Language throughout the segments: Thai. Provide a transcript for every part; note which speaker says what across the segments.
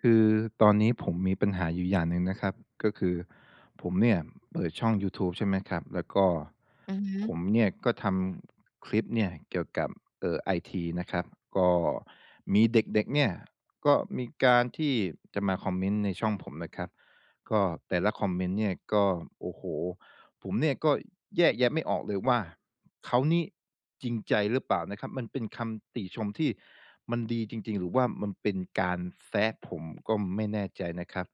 Speaker 1: คือตอนนี้ผมมีปัญหาอยู่อย่างหนึ่งนะครับก็คือผมเนี่ยเปิดช่องยูทูบใช่ไหมครับแล้วก็
Speaker 2: อือฮึ
Speaker 1: ผมเนี่ยก็ทำคลิปเนี่ยเกี่ยวกับไอทีนะครับก็มีเด็กๆเนี่ยก็มีการที่จะมาคอมเมนต์ในช่องผมนะครับก็แต่ละคอมเมนต์เนี่ยก็โอ้โหผมเนี่ยก็แยกแยะไม่ออกเลยว่า เขานี่จริงใจหรือเปล่านะครับมันเป็นคำติชมที่มันดีจริงๆหรือว่ามันเป็นการแซะผมก็ไม่แน่ใจนะครับ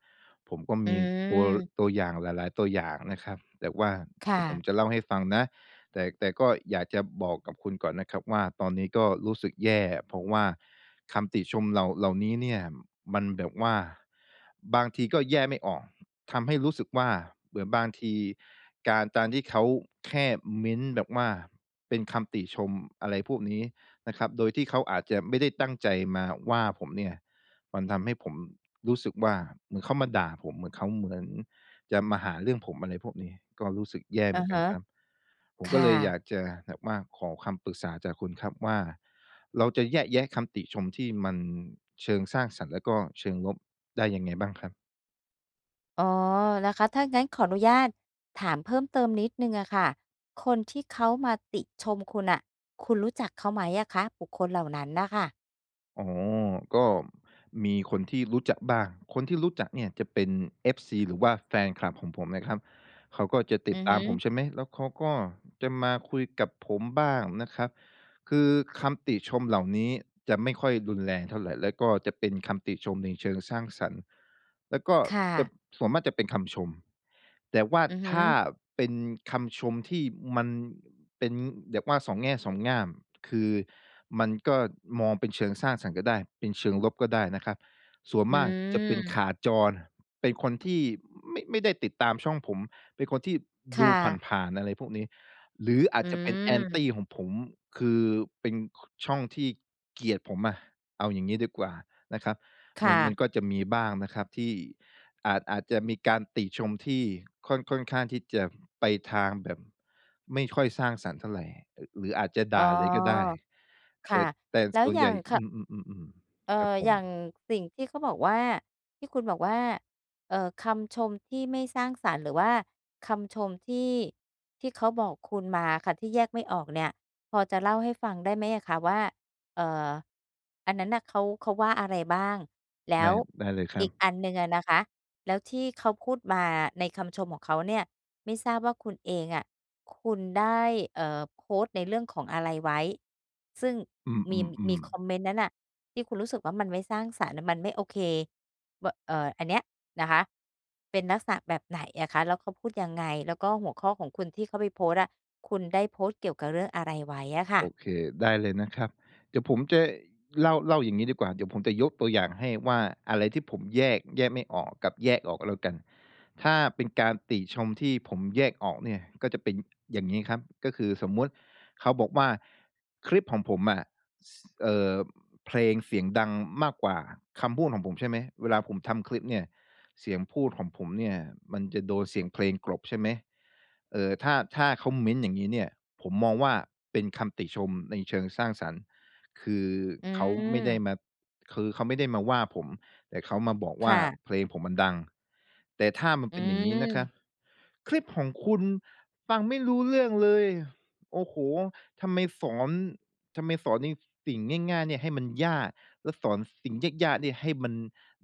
Speaker 1: ผมก็
Speaker 2: อื
Speaker 1: มีตัว
Speaker 2: ม
Speaker 1: ตัวอย่างหลายๆตัวอย่างนะครับแต่ว่าเดี๋
Speaker 2: ค่ะ
Speaker 1: ยวผมจะเล่าให้ฟังนะแต่ก็อยากจะบอกกับคุณก่อนนะครับว่าตอนนี้ก็รู้สึกแย่เพราะว่าคำติชมเหล่านี้เนี่ยมันแบบว่าบางทีก็แยกไม่ออก ทำให้รู้สึกว่าเหมือนบางทีการที่เขาแค่เม้นต์แบบว่าเป็นคำติชมอะไรพวกนี้นะครับโดยที่เขาอาจจะไม่ได้ตั้งใจมาว่าผมเนี่ยมันทำให้ผมรู้สึกว่าเหมือนเขามาด่าผมเหมือนเขาเหมือนจะมาหาเรื่องผมอะไรพวกนี้ก็รู้สึกแย่
Speaker 2: อะ
Speaker 1: เหมือนกั
Speaker 2: ฮะ
Speaker 1: นครับผมก็
Speaker 2: ค่
Speaker 1: เลยอยาก
Speaker 2: ะ
Speaker 1: จะแบบว่าขอคำปรึกษาจากคุณครับว่าเราจะแยกแยะคำติชมที่มันเชิงสร้างสรรค์แล้วก็เชิงลบได้ยังไงบ้างครับ
Speaker 2: อ๋อนะคะถ้างั้นขออนุญาตถามเพิ่มเติมนิดหนึ่งอะค่ะ คนที่เขามาติชมคุณน่ะคุณรู้จักเขาไหมอะคะบุคคลเหล่านั้นน่ะค่ะ
Speaker 1: อ๋อ ก็มีคนที่รู้จักบ้าง คนที่รู้จักเนี่ยจะเป็น FC หรือว่าแฟนคลับของผมนะครับ เขาก็จะติ
Speaker 2: อื
Speaker 1: ด
Speaker 2: อ
Speaker 1: ตา
Speaker 2: ฮึ
Speaker 1: มผมใช่ไหม แล้วเขาก็จะมาคุยกับผมบ้างนะครับ คือคำติชมเหล่านี้จะไม่ค่อยรุนแรงเท่าไรแล้วก็จะเป็นคำติชมในเชิงสร้างสรรค์แล้วก็
Speaker 2: ค่ะ
Speaker 1: จะส่วนมากจะเป็นคำชมแต่ว่า
Speaker 2: อือฮึ
Speaker 1: ถ้าเป็นคำชมที่มันเป็นแบบว่าสองแง่สองง่ามคือมันก็มองเป็นเชิงสร้างสรรค์ก็ได้เป็นเชิงลบก็ได้นะครับส่วน
Speaker 2: อื
Speaker 1: มากจะเป็นขา
Speaker 2: ม
Speaker 1: จรเป็นคนที่ไม่ได้ติดตามช่องผม เป็นคนที่ดู
Speaker 2: ค่ะ
Speaker 1: ผ่านๆอะไรพวกนี้หรืออา
Speaker 2: อื
Speaker 1: จจะเป็น Anti
Speaker 2: ม
Speaker 1: ของผมคือเป็นช่องที่เกลียดผมอะเอาอย่างงี้ดีกว่านะครับมันก็
Speaker 2: ค่ะ
Speaker 1: จะมีบ้างนะครับที่อาจจะมีการติชมที่ค่อนข้างที่จะไปทางแบบไม่ค่อยสร้างสรรค์เท่าไรหรืออาจจะ
Speaker 2: อ๋
Speaker 1: ด่าเลยก็ได้
Speaker 2: อ
Speaker 1: แต่
Speaker 2: ค่ะ
Speaker 1: แต่
Speaker 2: แล้ว
Speaker 1: ส่วน
Speaker 2: อ
Speaker 1: ให
Speaker 2: ย่า
Speaker 1: ญ่
Speaker 2: ง
Speaker 1: อืมๆๆ
Speaker 2: เอ่
Speaker 1: ๆครับ
Speaker 2: อ
Speaker 1: ผ
Speaker 2: อ
Speaker 1: ม
Speaker 2: ย่างสิ่งที่เขาบอกว่าที่คุณบอกว่าคำชมที่ไม่สร้างสรรค์หรือว่าคำชมที่เขาบอกคุณมาค่ะที่แยกไม่ออกเนี่ยพอจะเล่าให้ฟังได้ไหมอะคะว่าเอ่ออันนั้นน่ะเขาว่าอะไรบ้างแล้
Speaker 1: ได้
Speaker 2: ว
Speaker 1: ได้เลยครั
Speaker 2: อี
Speaker 1: บ
Speaker 2: กอันหนึ่งอะนะคะ แล้วที่เขาพูดมาในคำชมของเขาเนี่ยไม่ทราบว่าคุณเองอะคุณได้โพสต์ในเรื่องของอะไรไว้ซึ่ง
Speaker 1: อื
Speaker 2: มี
Speaker 1: มๆ
Speaker 2: คอ
Speaker 1: ๆ
Speaker 2: มเมนต์นั้นน่ะที่คุณรู้สึกว่ามันไม่สร้างสรรค์มันไม่โอเคบเอ่ออันเนี้ยนะคะเป็นลักษณะแบบไหนอะคะแล้วเขาพูดยังไงแล้วก็หัวข้อของคุณที่เขาไปโพสต์อะคุณได้โพสต์เกี่ยวกับเรื่องอะไรไว้อะค่ะ
Speaker 1: โอเคได้เลยนะครับเดี๋ยวผมจะเล่าอย่างนี้ดีกว่าเดี๋ยวผมจะยกตัวอย่างให้ว่าอะไรที่ผมแยกไม่ออกกับแยกออกแล้วกันถ้าเป็นการติชมที่ผมแยกออกเนี่ยก็จะเป็นอย่างนี้ครับก็คือสมมุติเขาบอกว่าคลิปของผมอะสเอ่อเพลงเสียงดังมากกว่าคำพูดของผมใช่ไหมเวลาผมทำคลิปเนี่ย เสียงพูดของผมเนี่ยมันจะโดนเสียงเพลงกลบใช่ไหมเอ่อถ้าเขาเม้นต์อย่างงี้เนี่ยผมมองว่าเป็นคำติชมในเชิงสร้างสรรค์คือ
Speaker 2: อื
Speaker 1: เขาไม่
Speaker 2: ม
Speaker 1: ได้มาคือเขาไม่ได้มาว่าผมแต่เขามาบอกว่าเพ
Speaker 2: ค่ะ
Speaker 1: ลงผมมันดังแต่ถ้ามัน
Speaker 2: อื
Speaker 1: เป็นอย่างงี้นะครับ
Speaker 2: ม
Speaker 1: คลิปของคุณฟังไม่รู้เรื่องเลยโอ้โฮทำไมสอนทำไมสอนในสิ่งง่ายๆเนี่ยให้มันยากแล้วสอนสิ่งยากๆเนี่ยให้มัน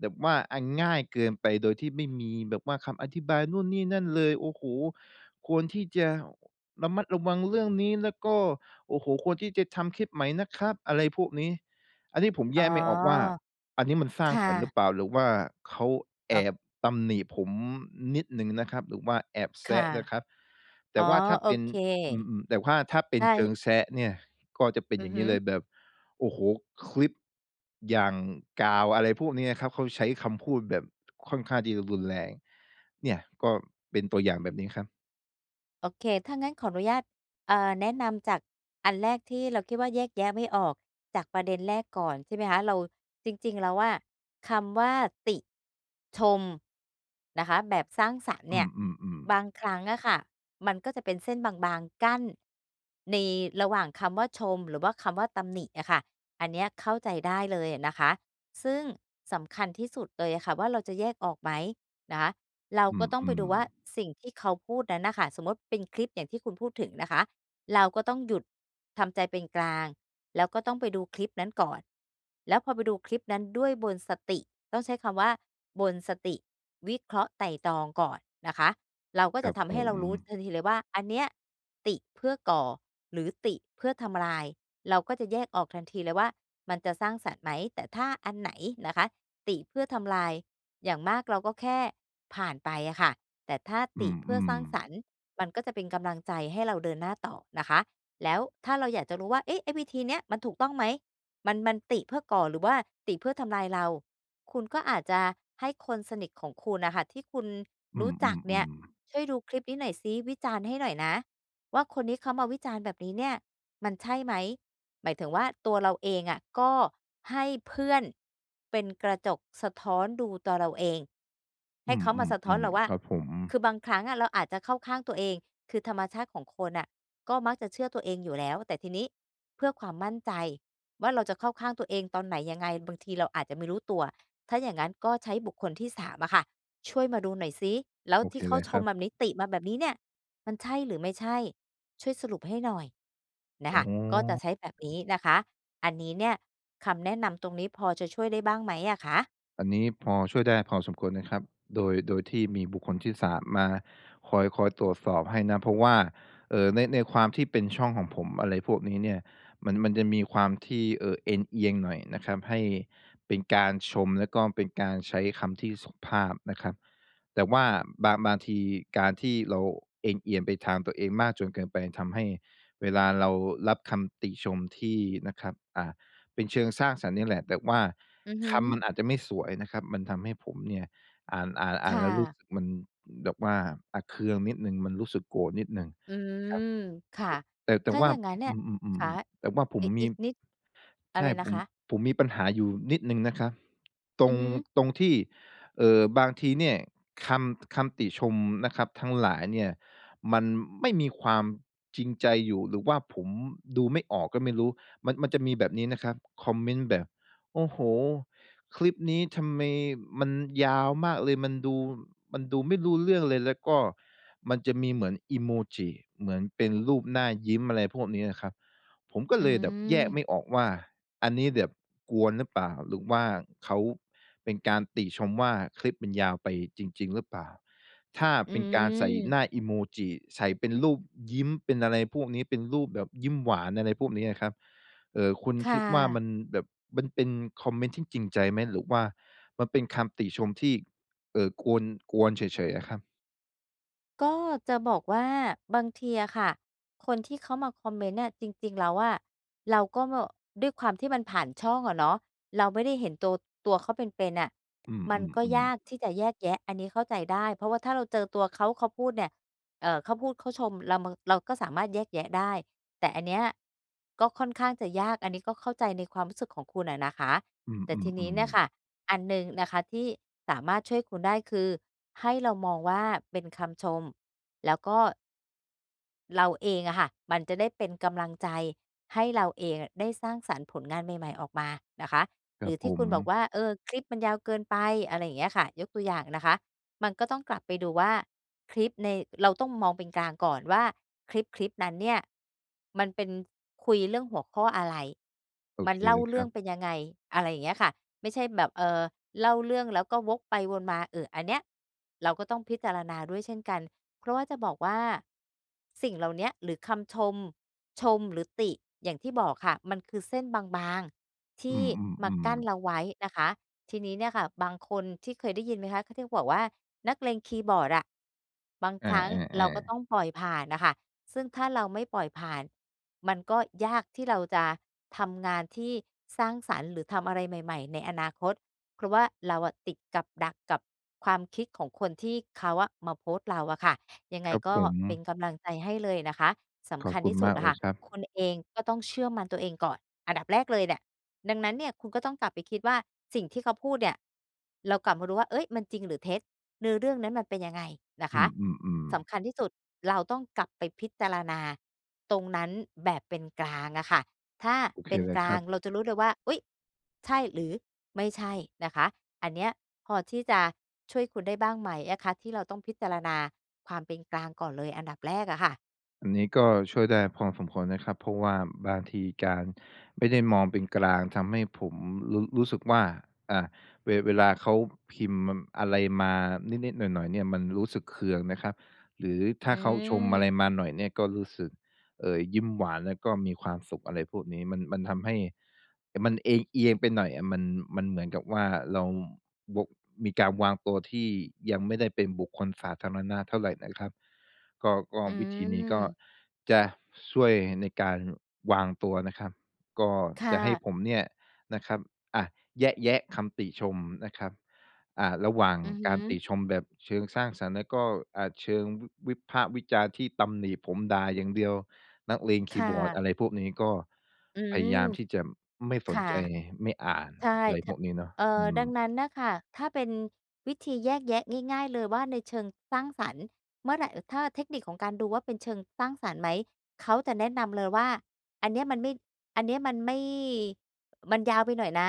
Speaker 1: แบบว่าอนง่ายเกินไปโดยที่ไม่มีแบบว่าคำอธิบายนู่นนี่นั่นเลยโอ้โฮควรที่จะระมัดระวังเรื่องนี้แล้วก็โอ้โฮควรที่จะทำคลิปใหม่นะครับอะไรพวกนี้อันนี้ผม
Speaker 2: อ๋
Speaker 1: แย
Speaker 2: อ
Speaker 1: กไม่ออกว่าอันนี้มันส
Speaker 2: ค
Speaker 1: ร้างสรรค์หรือเป
Speaker 2: ่ะ
Speaker 1: ล่าหรือว่าเขาแอ
Speaker 2: เอ่อ
Speaker 1: บตำหนิผมนิดหนึ่งนะครับหรือว่าแอบ
Speaker 2: ค่ะ
Speaker 1: แซะนะครับ
Speaker 2: อ๋
Speaker 1: แต่
Speaker 2: อ
Speaker 1: ว่าถ้า
Speaker 2: โอ
Speaker 1: เป็น
Speaker 2: เค
Speaker 1: อืมๆแต่ว่าถ้าเป็น
Speaker 2: ได้
Speaker 1: เชิงแซะเนี่ยก็จะเป็น
Speaker 2: อื
Speaker 1: อ
Speaker 2: อ
Speaker 1: ย่าง
Speaker 2: ฮึ
Speaker 1: งี้เลยแบบ โอ้โฮคลิปอย่างกาวอะไรพวกนี้นะครับเขาใช้คำพูดแบบค่อนข้างที่จะรุนแรงเนี่ยก็เป็นตัวอย่างแบบนี้ครับ
Speaker 2: โอเคถ้างั้นขออนุญาตแนะนำจากอันแรกที่เราคิดว่าแยกแยะไม่ออกจากประเด็นแรกก่อนใช่ไหมคะเราจริงๆแล้วอะคำว่าติชมนะคะแบบสร้างสรรค์
Speaker 1: อื
Speaker 2: เนี่ย
Speaker 1: มๆ
Speaker 2: บาง
Speaker 1: ๆ
Speaker 2: ครั้งอะค่ะมันก็จะเป็นเส้นบางๆ กั้นในระหว่างคำว่าชมหรือว่าคำว่าตำหนิอะค่ะอันเนี้ยเข้าใจได้เลยอะนะคะซึ่งสำคัญที่สุดเลยอะค่ะว่าเราจะแยกออกไหม นะคะเรา
Speaker 1: อ
Speaker 2: ก็ต้องไป
Speaker 1: ืม
Speaker 2: ดูว่า
Speaker 1: ๆ
Speaker 2: สิ่งที่เขาพูดนั้นน่ะค่ะสมมุติเป็นคลิปอย่างที่คุณพูดถึงนะคะเราก็ต้องหยุดทำใจเป็นกลางแล้วก็ต้องไปดูคลิปนั้นก่อนแล้วพอไปดูคลิปนั้นด้วยบนสติต้องใช้คำว่าบนสติวิเคราะห์ไตร่ตรองก่อนนะคะเราก็
Speaker 1: ค
Speaker 2: จะ
Speaker 1: รับผ
Speaker 2: ทำให้
Speaker 1: ม
Speaker 2: เรารู้ทันทีเลยว่าอันเนี้ยติเพื่อก่อหรือติเพื่อทำลายเราก็จะแยกออกทันทีเลยว่ามันจะสร้างสรรค์ไหมแต่ถ้าอันไหนนะคะติเพื่อทำลาย อย่างมากเราก็แค่ผ่านไปอะค่ะแต่ถ้า
Speaker 1: อื
Speaker 2: ติเพื่อส
Speaker 1: ม
Speaker 2: ร้างส
Speaker 1: ๆ
Speaker 2: รรค์มันก็จะเป็นกำลังใจให้เราเดินหน้าต่อนะคะแล้วถ้าเราอยากจะรู้ว่าเอ๊ะไอ้วิธีเนี้ยมันถูกต้องไหมมันติเพื่อก่อหรือว่าติเพื่อทำลายเราคุณก็อาจจะให้คนสนิทของคุณน่ะค่ะที่คุณ
Speaker 1: อื
Speaker 2: รู้จักเนี่ย
Speaker 1: มๆๆ
Speaker 2: ช่วยดูคลิปนี้หน่อยซิวิจารณ์ให้หน่อยนะว่าคนนี้เขามาวิจารณ์แบบนี้เนี่ย มันใช่ไหมหมายถึงว่าตัวเราเองอะก็ให้เพื่อนเป็นกระจกสะท้อนดูตัวเราเองให้
Speaker 1: อื
Speaker 2: เขามาสะท้อน
Speaker 1: ม
Speaker 2: เรา
Speaker 1: ๆ
Speaker 2: ว่า
Speaker 1: ๆครับผม
Speaker 2: คือบางครั้งอะเราอาจจะเข้าข้างตัวเองคือธรรมชาติของคนน่ะก็มักจะเชื่อตัวเองอยู่แล้วแต่ทีนี้เพื่อความมั่นใจว่าเราจะเข้าข้างตัวเองตอนไหนยังไงบางทีเราอาจจะไม่รู้ตัวถ้าอย่างงั้นก็ใช้บุคคลที่3อะค่ะช่วยมาดูหน่อยซิแล้ว
Speaker 1: โอเค
Speaker 2: ที่เขา
Speaker 1: เลย
Speaker 2: ช
Speaker 1: ค
Speaker 2: ม
Speaker 1: รับ
Speaker 2: แบบนี้ติมาแบบนี้เนี่ยมันใช่หรือไม่ใช่ ช่วยสรุปให้หน่อยนะ
Speaker 1: อ๋
Speaker 2: คะก็จะใช้
Speaker 1: อ
Speaker 2: แบบนี้นะคะอันนี้เนี่ยคำแนะนำตรงนี้พอจะช่วยได้บ้างไหมอะคะ
Speaker 1: อันนี้พอช่วยได้พอสมควรนะครับโดยที่มีบุคคลที่3มมาคอยตรวจสอบให้นะเพราะว่าในความที่เป็นช่องของผมอะไรพวกนี้เนี่ยมันจะมีความที่เอนเอียงหน่อยนะครับให้เป็นการชมแล้วก็เป็นการใช้คำที่สุภาพนะครับแต่ว่าบางทีการที่เราเอนเอียงไปทางตัวเองมากจนเกินไปทำให้เวลาเรารับคำติชมที่นะครับเป็นเชิงสร้างสรรค์นี่แหละ แต่ว่า
Speaker 2: อือฮึ
Speaker 1: คำมันอาจจะไม่สวยนะครับ มันทำให้ผมเนี่ยอ่านอ่านอ่าน
Speaker 2: ค่ะ
Speaker 1: แล้วรู้สึกมันแบบว่าอาเคืองนิดหนึ่งมันรู้สึกโกรธนิดหนึ่ง
Speaker 2: อื
Speaker 1: ครับ
Speaker 2: มค่ะ
Speaker 1: แต่
Speaker 2: ถ้าอ
Speaker 1: ว่า
Speaker 2: ย่างงั้นเนี่
Speaker 1: อ
Speaker 2: ย
Speaker 1: ืม
Speaker 2: ค่ะ
Speaker 1: ๆๆแต่ว่าผม
Speaker 2: อีก
Speaker 1: มี
Speaker 2: อีกนิดอะไร
Speaker 1: ใช่ผ
Speaker 2: นะ
Speaker 1: ม
Speaker 2: คะ
Speaker 1: ผมมีปัญหาอยู่นิดหนึ่งนะครับตร
Speaker 2: อื
Speaker 1: ง
Speaker 2: อฮึ
Speaker 1: ตรงที่บางทีเนี่ยคคำติชมนะครับทั้งหลายเนี่ยมันไม่มีความจริงใจอยู่หรือว่าผมดูไม่ออกก็ไม่รู้มันจะมีแบบนี้นะครับคอมเมนต์แบบโอ้โฮ คลิปนี้ทำไมมันยาวมากเลยมันดูไม่รู้เรื่องเลยแล้วก็มันจะมีเหมือนอิโมจิเหมือนเป็นรูปหน้ายิ้มอะไรพวกนี้อะครับผมก็
Speaker 2: อื
Speaker 1: เลยแบบแย
Speaker 2: ม
Speaker 1: กไม่ออกว่าอันนี้แบบกวนหรือเปล่าหรือว่าเขาเป็นการติชมว่าคลิปมันยาวไปจริงๆหรือเปล่าถ้า
Speaker 2: อื
Speaker 1: เป็นการใส่หน้า
Speaker 2: ม
Speaker 1: อิโมจิใส่เป็นรูปยิ้มเป็นอะไรพวกนี้เป็นรูปแบบยิ้มหวานอะไรพวกนี้อะครับ คุณ
Speaker 2: ค่
Speaker 1: คิดว่ามัน
Speaker 2: ะ
Speaker 1: แบบมันเป็นคอมเมนต์ที่จริงใจไหมหรือว่ามันเป็นคำติชมที่เอ่อกวนกวนเฉยๆอะครับ
Speaker 2: ก็จะบอกว่าบางทีอะค่ะคนที่เขามาคอมเมนต์เน่ะจริงๆแล้วอะเราก็ด้วยความที่มันผ่านช่องอะเนาะเราไม่ได้เห็นตัวเขาเป็นๆอะ
Speaker 1: อื
Speaker 2: มันก็
Speaker 1: ม
Speaker 2: ยา
Speaker 1: ๆ
Speaker 2: ก
Speaker 1: ๆ
Speaker 2: ที่จะแยกแยะอันนี้เข้าใจได้เพราะว่าถ้าเราเจอตัวเขาเขาพูดเนี่ยเขาพูดเขาชมเรามนเราก็สามารถแยกแยะได้แต่อันเนี้ยก็ค่อนข้างจะยากอันนี้ก็เข้าใจในความรู้สึกของคุณอะนะคะ
Speaker 1: อื
Speaker 2: แต่ทีนี้
Speaker 1: ม
Speaker 2: เนี่ย
Speaker 1: ๆ
Speaker 2: ค่ะ
Speaker 1: ๆ
Speaker 2: อันหนึ่งนะคะที่สามารถช่วยคุณได้คือให้เรามองว่าเป็นคำชมแล้วก็ เราเองอะค่ะมันจะได้เป็นกำลังใจให้เราเองอได้สร้างสรรค์ผลงานใหม่ๆออกมานะคะ
Speaker 1: ค
Speaker 2: ห
Speaker 1: รั
Speaker 2: รื
Speaker 1: บ
Speaker 2: อ
Speaker 1: ผ
Speaker 2: ที่คุ
Speaker 1: ม
Speaker 2: ณบอกว่าเออคลิปมันยาวเกินไปอะไรอย่างเงี้ยค่ะยกตัวอย่างนะคะมันก็ต้องกลับไปดูว่าคลิปในเราต้องมองเป็นกลางก่อนว่าคลิปนั้นเนี่ยมันเป็นคุยเรื่องหัวข้ออะไร
Speaker 1: โอ
Speaker 2: มั
Speaker 1: เค
Speaker 2: นเล่า
Speaker 1: เลยค
Speaker 2: เรื่
Speaker 1: รั
Speaker 2: อง
Speaker 1: บ
Speaker 2: เป็นยังไงอะไรอย่างเงี้ยค่ะไม่ใช่แบบเล่าเรื่องแล้วก็วกไปวนมาอันเนี้ยเราก็ต้องพิจารณาด้วยเช่นกัน เพราะว่าจะบอกว่าสิ่งเหล่าเนี้ยหรือคำชมชมหรือติอย่างที่บอกค่ะมันคือเส้นบางๆ
Speaker 1: อื
Speaker 2: ที่มา
Speaker 1: ม
Speaker 2: กั้น
Speaker 1: ๆๆ
Speaker 2: เราไว้นะคะทีนี้เนี่ยค่ะบางคนที่เคยได้ยินไหมคะเขาที่บอกว่านักเลงคีย์บอร์ดอะบางค
Speaker 1: อา
Speaker 2: รั้งเราก็
Speaker 1: ๆ
Speaker 2: ต้องปล่อยผ่านน่ะค่ะซึ่งถ้าเราไม่ปล่อยผ่านมันก็ยากที่เราจะทำงานที่สร้างสรรค์หรือทำอะไรใหม่ๆในอนาคตเพราะว่าเราอะติดกับดักกับความคิดของคนที่เขาอะมาโพสต์เราอะค่ะ ยัง
Speaker 1: ๆค
Speaker 2: ไง
Speaker 1: รับ
Speaker 2: ก็
Speaker 1: ผม
Speaker 2: เป็นกำลังใจให้เลยนะคะ
Speaker 1: ข
Speaker 2: สำ
Speaker 1: อบ
Speaker 2: คัญ
Speaker 1: คุณ
Speaker 2: ที่สุด
Speaker 1: มาก
Speaker 2: อะ
Speaker 1: เลย
Speaker 2: ค่ะ
Speaker 1: ครับ
Speaker 2: คุณเองก็ต้องเชื่อมันตัวเองก่อนอันดับแรกเลยเนี่ยดังนั้นเนี่ยคุณก็ต้องกลับไปคิดว่าสิ่งที่เขาพูดเนี่ยเรากลับมาดูว่าเอ้ยมันจริงหรือเท็จเนื้อเรื่องนั้นมันเป็นยังไงนะ
Speaker 1: อื
Speaker 2: คะ
Speaker 1: มๆ
Speaker 2: สำคั
Speaker 1: ๆ
Speaker 2: ญที่สุดเราต้องกลับไปพิจารณาตรงนั้นแบบเป็นกลางอะค่ะ ถ้า
Speaker 1: โอเค
Speaker 2: เป็น
Speaker 1: เล
Speaker 2: ก
Speaker 1: ยค
Speaker 2: ลา
Speaker 1: รั
Speaker 2: ง
Speaker 1: บ
Speaker 2: เราจะรู้เลยว่าอุ๊ยใช่หรือไม่ใช่นะคะอันเนี้ยพอที่จะช่วยคุณได้บ้างไหมอะคะที่เราต้องพิจารณาความเป็นกลางก่อนเลยอันดับแรกอะค่ะ
Speaker 1: อันนี้ก็ช่วยได้พอสมควรนะครับเพราะว่าบางทีการไม่ได้มองเป็นกลางทำให้ผมรู้สึกว่าอ่าเวลาเขาพิมพ์อะไรมานิดๆหน่อยๆเนี่ยมันรู้สึกเคืองนะครับหรือถ้า
Speaker 2: อื
Speaker 1: เขาชม
Speaker 2: ม
Speaker 1: อะไรมาหน่อยเนี่ยก็รู้สึกยิ้มหวานแล้วก็มีความสุขอะไรพวกนี้มันทำให้มันเอียงๆไปหน่อยอะมันเหมือนกับว่าเราวกมีการวางตัวที่ยังไม่ได้เป็นบุคคลสาธารณะเท่าไรนะครับ ก็
Speaker 2: อื
Speaker 1: วิธีนี้ก็
Speaker 2: ม
Speaker 1: จะช่วยในการวางตัวนะครับก็
Speaker 2: ค
Speaker 1: จะให้ผ
Speaker 2: ่ะ
Speaker 1: มเนี่ยนะครับอะแยะคำติชมนะครับระหว่าง
Speaker 2: อือฮึ
Speaker 1: การติชมแบบเชิงสร้างสรรค์แล้วก็เชิงวิพากษ์วิจารณ์ที่ตำหนิผมด่าอย่างเดียวนักเลงคีย์
Speaker 2: ค่ะ
Speaker 1: บอร์ดอะไรพวกนี้ก็
Speaker 2: อื
Speaker 1: พ
Speaker 2: ม
Speaker 1: ยายามที่จะไม่สน
Speaker 2: ค่ะ
Speaker 1: ใจไม่อ่าน
Speaker 2: ใช่
Speaker 1: อะไร
Speaker 2: ท
Speaker 1: พวกนี้เนาะ
Speaker 2: เอ่อ
Speaker 1: อื
Speaker 2: ดั
Speaker 1: ม
Speaker 2: งนั้นน่ะค่ะถ้าเป็นวิธีแยกแยะง่ายๆเลยว่าในเชิงสร้างสรรค์เมื่อไรถ้าเทคนิคของการดูว่าเป็นเชิงสร้างสรรค์ไหมเขาจะแนะนำเลยว่าอันเนี้ยมันไม่อันเนี้ยมันไม่มันยาวไปหน่อยนะ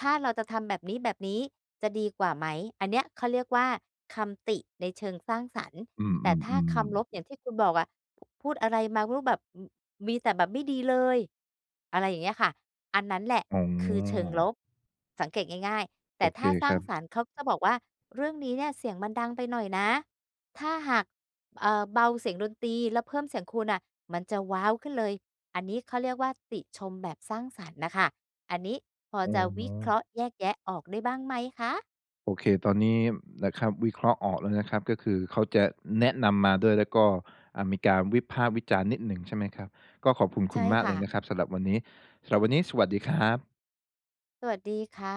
Speaker 2: ถ้าเราจะทำแบบนี้ๆจะดีกว่าไหมอันเนี้ยเขาเรียกว่าคำติในเชิงสร้างสรรค์
Speaker 1: อื
Speaker 2: แต่ถ้า
Speaker 1: ม
Speaker 2: คำ
Speaker 1: ๆ
Speaker 2: ลบอย่าง
Speaker 1: ๆ
Speaker 2: ที่คุณบอกอะพพูดอะไรมาไม่รู้แบบ มีแต่แบบไม่ดีเลยอะไรอย่างเงี้ยค่ะอันนั้นแหละ
Speaker 1: อ๋
Speaker 2: คือเชิง
Speaker 1: อ
Speaker 2: ลบสังเกตง่ายๆ
Speaker 1: โอ
Speaker 2: แต่
Speaker 1: เค
Speaker 2: ถ้าส
Speaker 1: ค
Speaker 2: ร้าง
Speaker 1: รับ
Speaker 2: สรรค์เขาก็จะบอกว่าเรื่องนี้เนี่ยเสียงมันดังไปหน่อยนะถ้าหากเบาเสียงดนตรีแล้วเพิ่มเสียงคุณน่ะมันจะว้าวขึ้นเลยอันนี้เขาเรียกว่าติชมแบบสร้างสรรค์น่ะค่ะอันนี้พอ
Speaker 1: อื
Speaker 2: จะ
Speaker 1: อ
Speaker 2: วิ
Speaker 1: ฮึ
Speaker 2: เคราะห์แยกแยะออกได้บ้างไหมคะ
Speaker 1: โอเค ตอนนี้นะครับวิเคราะห์ออกแล้วนะครับ ก็คือเขาจะแนะนำมาด้วยแล้วก็มีการวิพากษ์วิจารณ์นิดหนึ่งใช่ไหมครับ ก็ขอบคุณคุ
Speaker 2: ใช่
Speaker 1: ณมากเล
Speaker 2: ค่ะ
Speaker 1: ยนะครับสำหรับวันนี้สำหรับวันนี้สวัสดีครับ
Speaker 2: สวัสดีค่ะ